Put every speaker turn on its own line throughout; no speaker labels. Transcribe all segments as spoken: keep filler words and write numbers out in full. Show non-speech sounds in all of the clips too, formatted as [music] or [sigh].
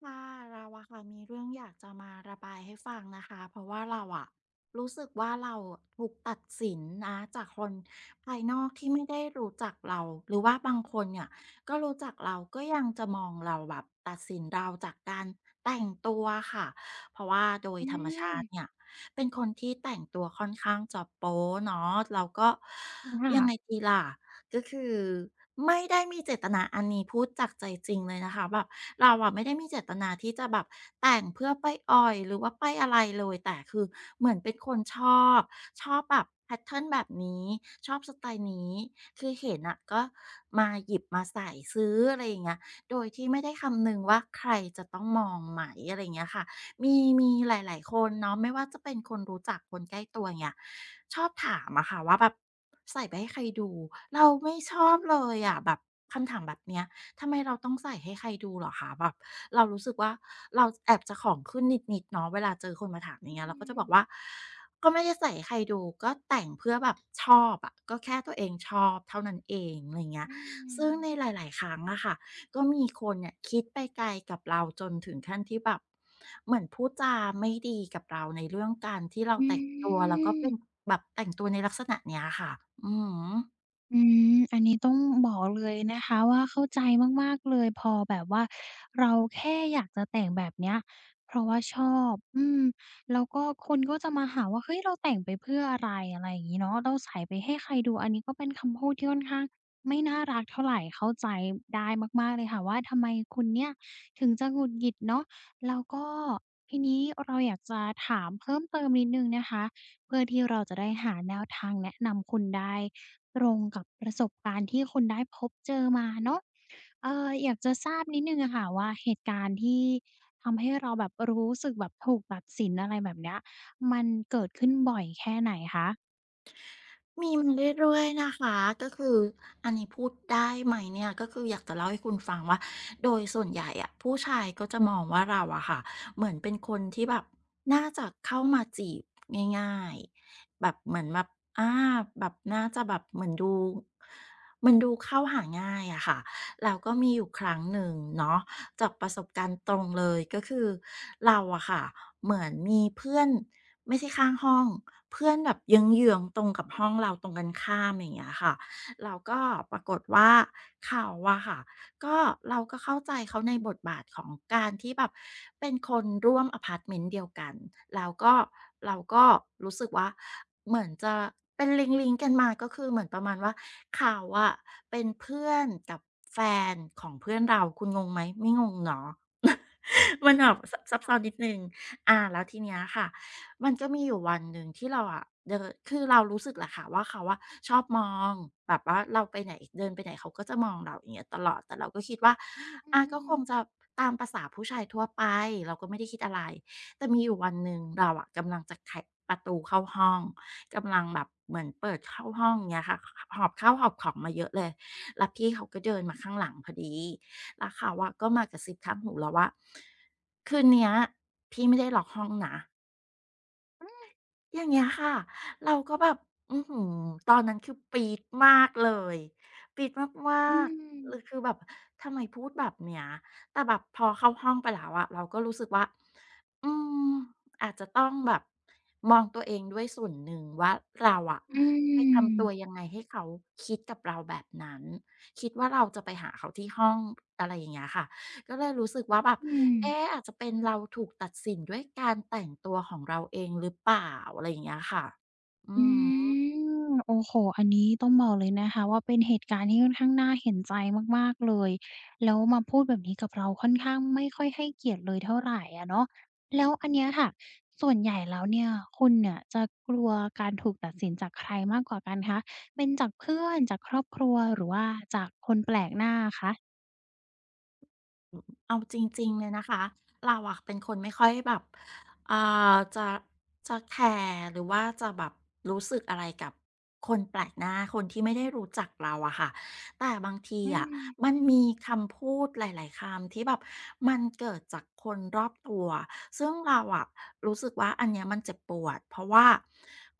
ค่ะเราอะค่ะมีเรื่องอยากจะมาระบายให้ฟังนะคะเพราะว่าเราอะรู้สึกว่าเราถูกตัดสินนะจากคนภายนอกที่ไม่ได้รู้จักเราหรือว่าบางคนเนี่ยก็รู้จักเราก็ยังจะมองเราแบบตัดสินเราจากการแต่งตัวค่ะ เพราะว่าโดย
อื
ธรรมชา
ม
ติเนี่ยเป็นคนที่แต่งตัวค่อนข้างจะโป๊เนาะแล้วก็ยังไง
ค่ะ
ดีล่ะก็คือไม่ได้มีเจตนาอันนี้พูดจากใจจริงเลยนะคะแบบเราอะไม่ได้มีเจตนาที่จะแบบแต่งเพื่อไปอ่อยหรือว่าไปอะไรเลยแต่คือเหมือนเป็นคนชอบชอบแบบแพตเทิร์นแบบนี้ชอบสไตล์นี้คือเห็นอะก็มาหยิบมาใส่ซื้ออะไรอย่างเงี้ยโดยที่ไม่ได้คำนึงว่าใครจะต้องมองไหมอะไรอย่างเงี้ยค่ะ มีมีหลายๆคนเนาะไม่ว่าจะเป็นคนรู้จักคนใกล้ตัวอย่างเงี้ยชอบถามอะค่ะว่าแบบใส่ไปให้ใครดูเราไม่ชอ
อื
บเลย
ม
อะแบบคำถามแบบเนี้ยทำไมเราต้องใส่ให้ใครดูเหรอคะแบบเรารู้สึกว่าเราแอบจะของขึ้นนิดๆเนาะเวลาเจอคนมาถามอย่า
อื
งเงี้ยเราก็จะ
ม
บอกว่าก็ไม่ได้ใส่ให้ใครดูก็แต่งเพื่อแบบชอบอะก็แค่ตัวเองชอบเท่านั้นเองอะไรเงี้ย
อื
ซึ่งใน
ม
หลายๆครั้งอะค่ะ ก็มีคนเนี่ยคิดไปไกลกับเราจนถึงขั้นที่แบบเหมือนพูดจาไม่ดีกับเราในเรื่องการที่เรา
อื
แต่งตัวแล้วก็เป็น
ม
แบบแต่งตัวในลักษณะเนี้ยค่ะ อือฮึ
อืมอันนี้ต้องบอกเลยนะคะว่าเข้าใจมากๆเลยพอแบบว่าเราแค่อยากจะแต่งแบบเนี้ยเพราะว่าชอบอืมแล้วก็คนก็จะมาหาว่าเฮ้ยเราแต่งไปเพื่ออะไรอะไรอย่างงี้เนาะเราใส่ไปให้ใครดูอันนี้ก็เป็นคำพูดที่ค่อนข้างไม่น่ารักเท่าไรเข้าใจได้มากๆเลยค่ะว่าทำไมคุณเนี่ยถึงจะหงุดหงิดเนาะแล้วก็ทีนี้เราอยากจะถามเพิ่มเติมนิดหนึ่งนะคะเพื่อที่เราจะได้หาแนวทางแนะนำคุณได้ ตรงกับประสบการณ์ที่คุณได้พบเจอมาเนาะเอ่ออยากจะทราบนิดหนึ่งอะค่ะว่าเหตุการณ์ที่ทำให้เราแบบรู้สึกแบบถูกตัดสินอะไรแบบเนี้ยมันเกิดขึ้นบ่อยแค่ไหนคะ
มีมาเรื่อยๆนะคะก็คืออันนี้พูดได้ไหมเนี่ยก็คืออยากจะเล่าให้คุณฟังว่าโดยส่วนใหญ่อะผู้ชายก็จะมองว่าเราอะค่ะเหมือนเป็นคนที่แบบน่าจะเข้ามาจีบง่ายๆแบบเหมือนแบบอาแบบน่าจะแบบเหมือนดูมันดูเข้าหาง่ายอะค่ะแล้วก็มีอยู่ครั้งหนึ่งเนาะ จากประสบการณ์ตรงเลยก็คือเราอะค่ะเหมือนมีเพื่อนไม่ใช่ข้างห้องเพื่อนแบบเยื้องๆตรงกับห้องเราตรงกันข้ามอย่างเงี้ยค่ะแล้วก็ปรากฏว่าเขาอะค่ะ ก็เราก็เข้าใจเขาในบทบาทของการที่แบบเป็นคนร่วมอพาร์ตเมนต์เดียวกันแล้วก็เราก็รู้สึกว่าเหมือนจะเป็นลิงลิๆกันมาก็คือเหมือนประมาณว่าเขาอะเป็นเพื่อนกับแฟนของเพื่อนเราคุณงงไหมไม่งงเนาะ [laughs]
อื
มันแบ
ม
บซับซับ้อนนิดหนึ่งอ่าแล้วทีเนี้ยค่ะ มันก็มีอยู่วันหนึ่งที่เราอะเดินคือเรารู้สึกแหละค่ะว่าเขาอะชอบมองแบบว่าเราไปไหนเดินไปไหนเขาก็จะมองเราอย่างเงี้ยตลอดแต่เราก็คิดว่า
อ
อา
ื
ก็
อ
ค
ๆ
งจะ
ๆ
ตามประสาผู้ชายทั่วไปเราก็ไม่ได้คิดอะไรแต่มีอยู่วันหนึ่งเราอะกำลังจะไขประตูเข้าห้องกำลังแบบเหมือนเปิดเข้าห้องเงี้ยค่ะหอบข้าวหอบของมาเยอะเลยแล้วพี่เขาก็เดินมาข้างหลังพอดีแล้วเขาอะก็มากระซิบข้างหูเราว่าคืนเนี้ยพี่ไม่ได้ล็อกห้องนะ อย่างเงี้ยค่ะเราก็แบบอื้อหือตอนนั้นคือปี๊ดมากเลยปี๊ดมา
อื
ก
ม
ๆเลยคือแบบทำไมพูดแบบเนี้ยแต่แบบพอเข้าห้องไปแล้วอะเราก็รู้สึกว่าอืมอาจจะต้องแบบมองตัวเองด้วยส่วนหนึ่งว่าเราอะ
อื
ไปทำตัว
ม
ยังไงให้เขาคิดกับเราแบบนั้นคิดว่าเราจะไปหาเขาที่ห้องอะไรอย่างเงี้ยค่ะ ก็เลยรู้สึกว่าแบบ
อืม
เอ๊ะอาจจะเป็นเราถูกตัดสินด้วยการแต่งตัวของเราเองหรือเปล่าอะไรอย่างเงี้ยค่ะ อื
อื
ม
มโอ้โฮอันนี้ต้องบอกเลยนะคะว่าเป็นเหตุการณ์ที่ค่อนข้างน่าเห็นใจมากๆเลยแล้วมาพูดแบบนี้กับเราค่อนข้างไม่ค่อยให้เกียรติเลยเท่าไรอะเนาะแล้วอันเนี้ยค่ะส่วนใหญ่แล้วเนี่ยคุณเนี่ยจะกลัวการถูกตัดสินจากใครมากกว่ากันคะเป็นจากเพื่อนจากครอบครัวหรือว่าจากคนแปลกหน้าคะ
อืมเอาจริงๆเลยนะคะเราอะเป็นคนไม่ค่อยแบบอ่าจะจะแคร์หรือว่าจะแบบรู้สึกอะไรกับคนแปลกหน้าคนที่ไม่ได้รู้จักเราอะค่ะแต่บางที
อื
อะมั
ม
นมีคำพูดหลายๆคำที่แบบมันเกิดจากคนรอบตัวซึ่งเราอะรู้สึกว่าอันเนี้ยมันเจ็บปวดเพราะว่า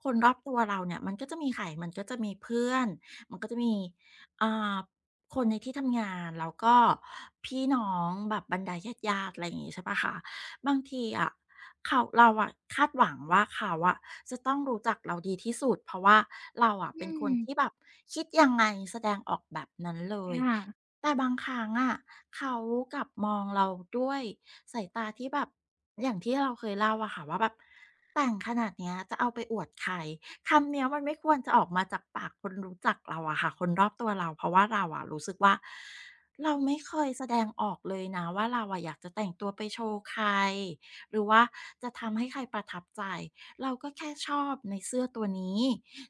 คนรอบตัวเราเนี่ยมันก็จะมีใครมันก็จะมีเพื่อนมันก็จะมีอ่า คนในที่ทำงานแล้วก็พี่น้องแบบบรรดาญาติๆอะไรอย่างงี้ใช่เปล่าคะบางทีอะเขาเราอะคาดหวังว่าเขาอะจะต้องรู้จักเราดีที่สุดเพราะว่าเราอะ
อื
เป็นคน
ม
ที่แบบคิดยังไงแสดงออกแบบนั้นเลย
ค่ะ
แต่บางครั้งอะเขากลับมองเราด้วยสายตาที่แบบอย่างที่เราเคยเล่าอะค่ะว่าแบบแต่งขนาดเนี้ยจะเอาไปอวดใคร คำเนี้ยมันไม่ควรจะออกมาจากปากคนรู้จักเราอะค่ะคนรอบตัวเราเพราะว่าเราอะรู้สึกว่าเราไม่เคยแสดงออกเลยนะว่าเราอะอยากจะแต่งตัวไปโชว์ใครหรือว่าจะทำให้ใครประทับใจเราก็แค่ชอบในเสื้อตัวนี้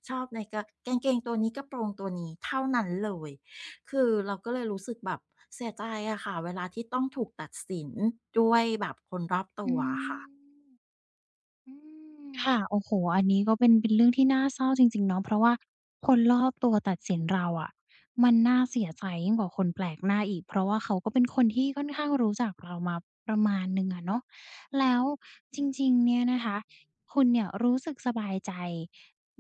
ชอบในกะกางเกงตัวนี้กระโปรงตัวนี้เท่านั้นเลยคือเราก็เลยรู้สึกแบบเสียใจอะค่ะเวลาที่ต้องถูกตัดสินด้วยแบบคนรอบตั
อื
วอะ
ม
ค่ะ
อืมค่ะโอ้โฮอันนี้ก็เป็นเป็นเรื่องที่น่าเศร้าจริงๆเนาะเพราะว่าคนรอบตัวตัดสินเราอะมันน่าเสียใจยิ่งกว่าคนแปลกหน้าอีกเพราะว่าเขาก็เป็นคนที่ค่อนข้างรู้จักเรามาประมาณหนึ่งอะเนาะแล้วจริงๆเนี่ยนะคะคุณเนี่ยรู้สึกสบายใจ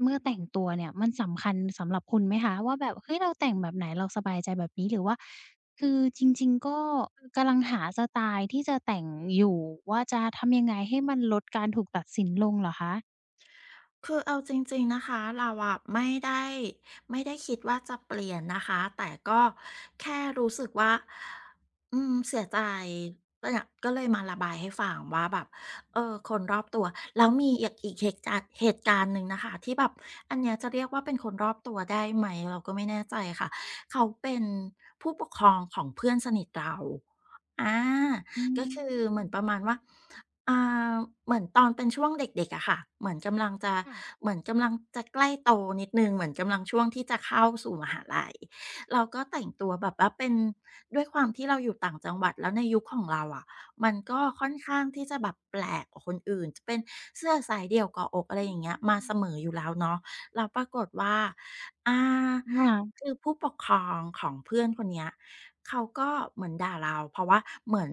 เมื่อแต่งตัวเนี่ยมันสำคัญสำหรับคุณไหมคะว่าแบบเฮ้ยเราแต่งแบบไหนเราสบายใจแบบนี้หรือว่า คือจริงๆก็กำลังหาสไตล์ที่จะแต่งอยู่ว่าจะทำยังไงให้มันลดการถูกตัดสินลงเหรอคะ
คือเอาจริงๆนะคะเราอะไม่ได้ไม่ได้คิดว่าจะเปลี่ยนนะคะแต่ก็แค่รู้สึกว่าอืมเสียใจก็เนี่ยก็เลยมาระบายให้ฟังว่าแบบเออคนรอบตัวแล้วมีอีกอีกเหตุการณ์เหตุการณ์หนึ่งนะคะที่แบบอันเนี้ยจะเรียกว่าเป็นคนรอบตัวได้ไหมเราก็ไม่แน่ใจค่ะเขาเป็นผู้ปกครองของเพื่อนสนิทเรา อา
อื
ก็คือเห
ม
มือนประมาณว่าอ่าเหมือนตอนเป็นช่วงเด็กๆอะค่ะเหมือนกำลังจะ
ค่ะ
เหมือนกำลังจะใกล้โตนิดหนึ่งเหมือนกำลังช่วงที่จะเข้าสู่มหาลัยเราก็แต่งตัวแบบว่าเป็นด้วยความที่เราอยู่ต่างจังหวัดแล้วในยุคของเราอะมันก็ค่อนข้างที่จะแบบแปลกกว่าคนอื่นจะเป็นเสื้อสายเดี่ยวเกาะอกอะไร
อื
อย่างเงี้ยมา
ม
เสมออยู่แล้วเนาะแล้วปรากฏว่า อ่า
ค่ะ
คือผู้ปกครองของเพื่อนคนเนี้ยเขาก็เหมือนด่าเราเพราะว่าเหมือน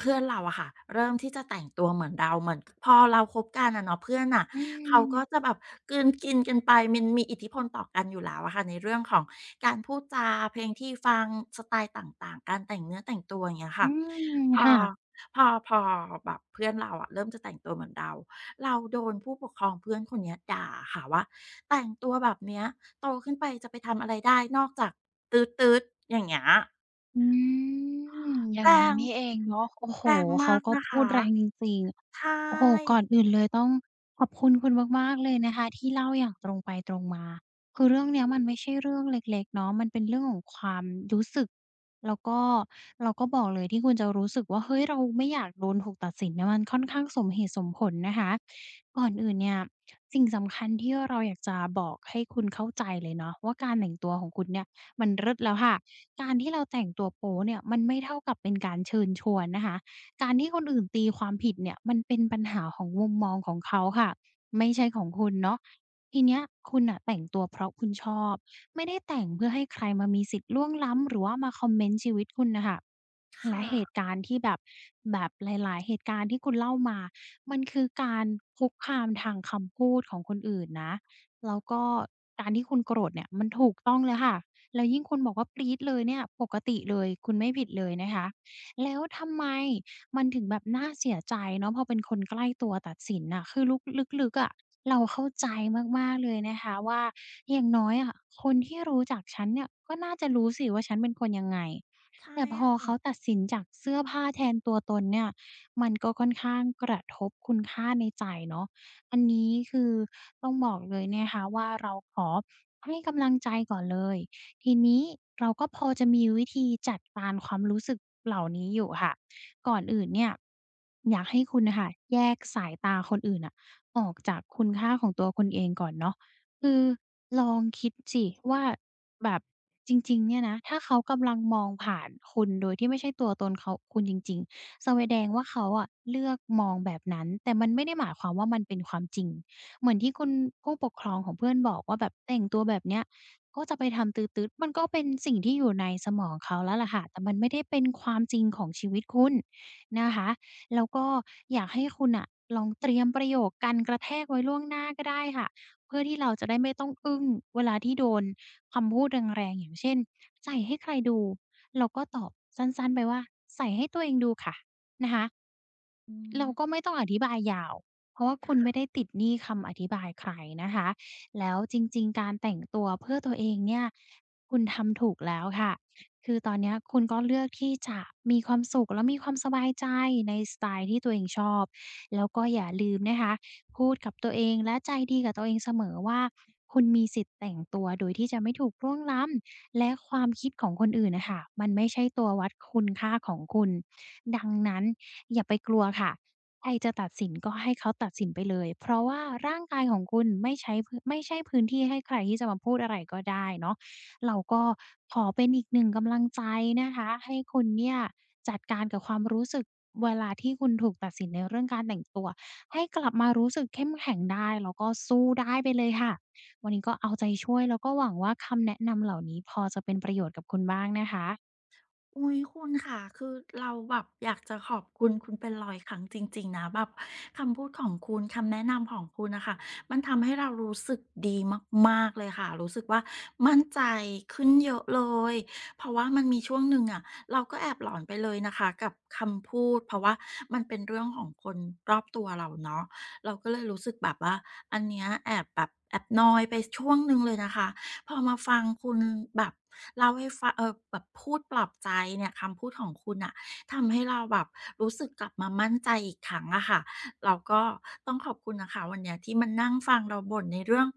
เพื่อนเราอะค่ะเริ่มที่จะแต่งตัวเหมือนเราเหมือนพอเราคบกันอะเนาะเพื่อนน่ะ
อื
เขาก็จะ
ม
แบบกลืนกินกันไปมันมีอิทธิพลต่อกันอยู่แล้วอะค่ะในเรื่องของการพูดจาเพลงที่ฟังสไตล์ต่างๆการแต่งเนื้อแต่งตัวอย่างเงี้ย
อื
ค่ะ
ม
พอ
ค่ะ
พอพอแบบเพื่อนเราอะเริ่มจะแต่งตัวเหมือนเรา เราโดนผู้ปกครองเพื่อนคนเนี้ยด่าค่ะว่าแต่งตัวแบบเนี้ยโตขึ้นไปจะไปทำอะไรได้นอกจากตืดๆอย่างเงี้ย
อืมอย่า
แร
งนี้
ง
นี่เองเนาะโอ้โฮ
แรง
เขา
มาก
ก็
นะ
พูด
คะ
แรงจริง
ใช
ๆโอ้โฮ
่
ก่อนอื่นเลยต้องขอบคุณคุณมากๆเลยนะคะที่เล่าอย่างตรงไปตรงมา คือเรื่องเนี้ยมันไม่ใช่เรื่องเล็กๆเนาะมันเป็นเรื่องของความรู้สึก แล้วก็เราก็บอกเลยที่คุณจะรู้สึกว่าเฮ้ยเราไม่อยากโดนถูกตัดสินเนี่ยมันค่อนข้างสมเหตุสมผลนะคะก่อนอื่นเนี่ยสิ่งสำคัญที่เราอยากจะบอกให้คุณเข้าใจเลยเนาะว่าการแต่งตัวของคุณเนี่ยมันเลิศแล้วค่ะ การที่เราแต่งตัวโป๊เนี่ยมันไม่เท่ากับเป็นการเชิญชวนนะคะการที่คนอื่นตีความผิดเนี่ยมันเป็นปัญหาของมุมมองของเขาค่ะไม่ใช่ของคุณเนาะทีเนี้ยคุณน่ะแต่งตัวเพราะคุณชอบไม่ได้แต่งเพื่อให้ใครมามีสิทธิ์ล่วงล้ำหรือว่ามาคอมเมนต์ชีวิตคุณน่ะค่ะ
ค
และเหตุ
่ะ
การณ์ที่แบบแบบหลายๆเหตุการณ์ที่คุณเล่ามามันคือการคุกคามทางคำพูดของคนอื่นนะแล้วก็การที่คุณโกรธเนี่ยมันถูกต้องเลยค่ะ แล้วยิ่งคุณบอกว่าปรี๊ดเลยเนี่ยปกติเลยคุณไม่ผิดเลยนะคะแล้วทำไมมันถึงแบบน่าเสียใจเนาะพอเป็นคนใกล้ตัวตัดสินน่ะคือลุกลึกๆอะเราเข้าใจมากๆเลยนะคะว่าอย่างน้อยอะคนที่รู้จักฉันเนี่ยก็น่าจะรู้สิว่าฉันเป็นคนยังไง
ใช่
แต่พอ
ค่ะ
เขาตัดสินจากเสื้อผ้าแทนตัวตนเนี่ยมันก็ค่อนข้างกระทบคุณค่าในใจเนาะอันนี้คือต้องบอกเลยนะคะว่าเราขอให้กำลังใจก่อนเลย ทีนี้เราก็พอจะมีวิธีจัดการความรู้สึกเหล่านี้อยู่ค่ะก่อนอื่นเนี่ยอยากให้คุณน่ะค่ะแยกสายตาคนอื่นน่ะออกจากคุณค่าของตัวคุณเองก่อนเนาะคือลองคิดสิว่าแบบจริงๆเนี่ยนะถ้าเขากำลังมองผ่านคุณโดยที่ไม่ใช่ตัวตนเขาคุณจริงๆแสดงว่าเขาอะเลือกมองแบบนั้นแต่มันไม่ได้หมายความว่ามันเป็นความจริงเหมือนที่คุณผู้ปกครองของเพื่อนบอกว่าแบบแต่งตัวแบบเนี้ย ก็จะไปทำตื๊ดๆ มันก็เป็นสิ่งที่อยู่ในสมองเขาแล้วลหละค่ะแต่มันไม่ได้เป็นความจริงของชีวิตคุณนะคะ แล้วก็อยากให้คุณอะลองเตรียมประโยคกันกระแทกไว้ล่วงหน้าก็ได้ค่ะ เพื่อที่เราจะได้ไม่ต้องอึ้งเวลาที่โดนคำพูดแรงๆอย่างเช่นใส่ให้ใครดูเราก็ตอบสั้นๆไปว่าใส่ให้ตัวเองดูค่ะนะคะ
อื
เรา
ม
ก็ไม่ต้องอธิบายยาว เพราะว่าคุณไม่
ค่ะ
ได้ติดหนี้คำอธิบายใครนะคะ แล้วจริงๆการแต่งตัวเพื่อตัวเองเนี่ยคุณทำถูกแล้วค่ะ คือตอนเนี้ยคุณก็เลือกที่จะมีความสุขแล้วมีความสบายใจในสไตล์ที่ตัวเองชอบ แล้วก็อย่าลืมนะคะ พูดกับตัวเองและใจดีกับตัวเองเสมอว่า คุณมีสิทธิ์แต่งตัวโดยที่จะไม่ถูกล่วงล้ำและความคิดของคนอื่นน่ะค่ะมันไม่ใช่ตัววัดคุณค่าของคุณดังนั้นอย่าไปกลัวค่ะ ใครจะตัดสินก็ให้เขาตัดสินไปเลย เพราะว่าร่างกายของคุณไม่ใช้พไม่ใช่พื้นที่ให้ใครที่จะมาพูดอะไรก็ได้เนาะเราก็ขอเป็นอีกหนึ่งกำลังใจนะคะให้คุณเนี่ยจัดการกับความรู้สึกเวลาที่คุณถูกตัดสินในเรื่องการแต่งตัวให้กลับมารู้สึกเข้มแข็งได้แล้วก็สู้ได้ไปเลยค่ะวันนี้ก็เอาใจช่วยแล้วก็หวังว่าคำแนะนำเหล่านี้พอจะเป็นประโยชน์กับคุณบ้างนะคะ
อุ๊ยคุณค่ะคือเราแบบอยากจะขอบคุณ คุณเป็นรอยครั้งจริงๆนะแบบคำพูดของคุณคำแนะนำของคุณน่ะค่ะมันทำให้เรารู้สึกดีมากๆเลยค่ะรู้สึกว่ามั่นใจขึ้นเยอะเลยเพราะว่ามันมีช่วงหนึ่งอะเราก็แอบหลอนไปเลยนะคะกับคำพูดเพราะว่ามันเป็นเรื่องของคนรอบตัวเราเนาะเราก็เลยรู้สึกแบบว่าอันเนี้ยแอบแบบแอบนอยไปช่วงหนึ่งเลยนะคะ พอมาฟังคุณแบบเล่าให้ฟังเออแบบพูดปลอบใจเนี่ยคำพูดของคุณน่ะทำให้เราแบบรู้สึกกลับมามั่นใจอีกครั้งอะค่ะเราก็ต้องขอบคุณนะคะวันเนี้ยที่มานั่งฟังเราบ่นในเรื่อง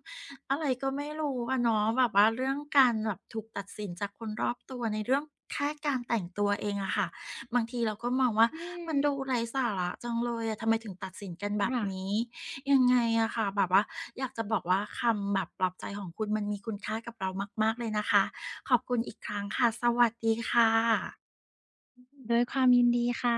อะไรก็ไม่รู้อะเนาะแบบว่าเรื่องการแบบถูกตัดสินจากคนรอบตัวในเรื่องแค่การแต่งตัวเองอะค่ะบางทีเราก็มองว่า
อื
มั
ม
นดูไร้สาระจังเลยอะทำไมถึงตัดสินกันแบบ
ค่ะ
นี้ ยังไงอะค่ะแบบว่าอยากจะบอกว่าคำแบบปลอบใจของคุณมันมีคุณค่ากับเรามากๆเลยนะคะขอบคุณอีกครั้งค่ะสวัสดีค่ะ
ด้วยความยินดีค่ะ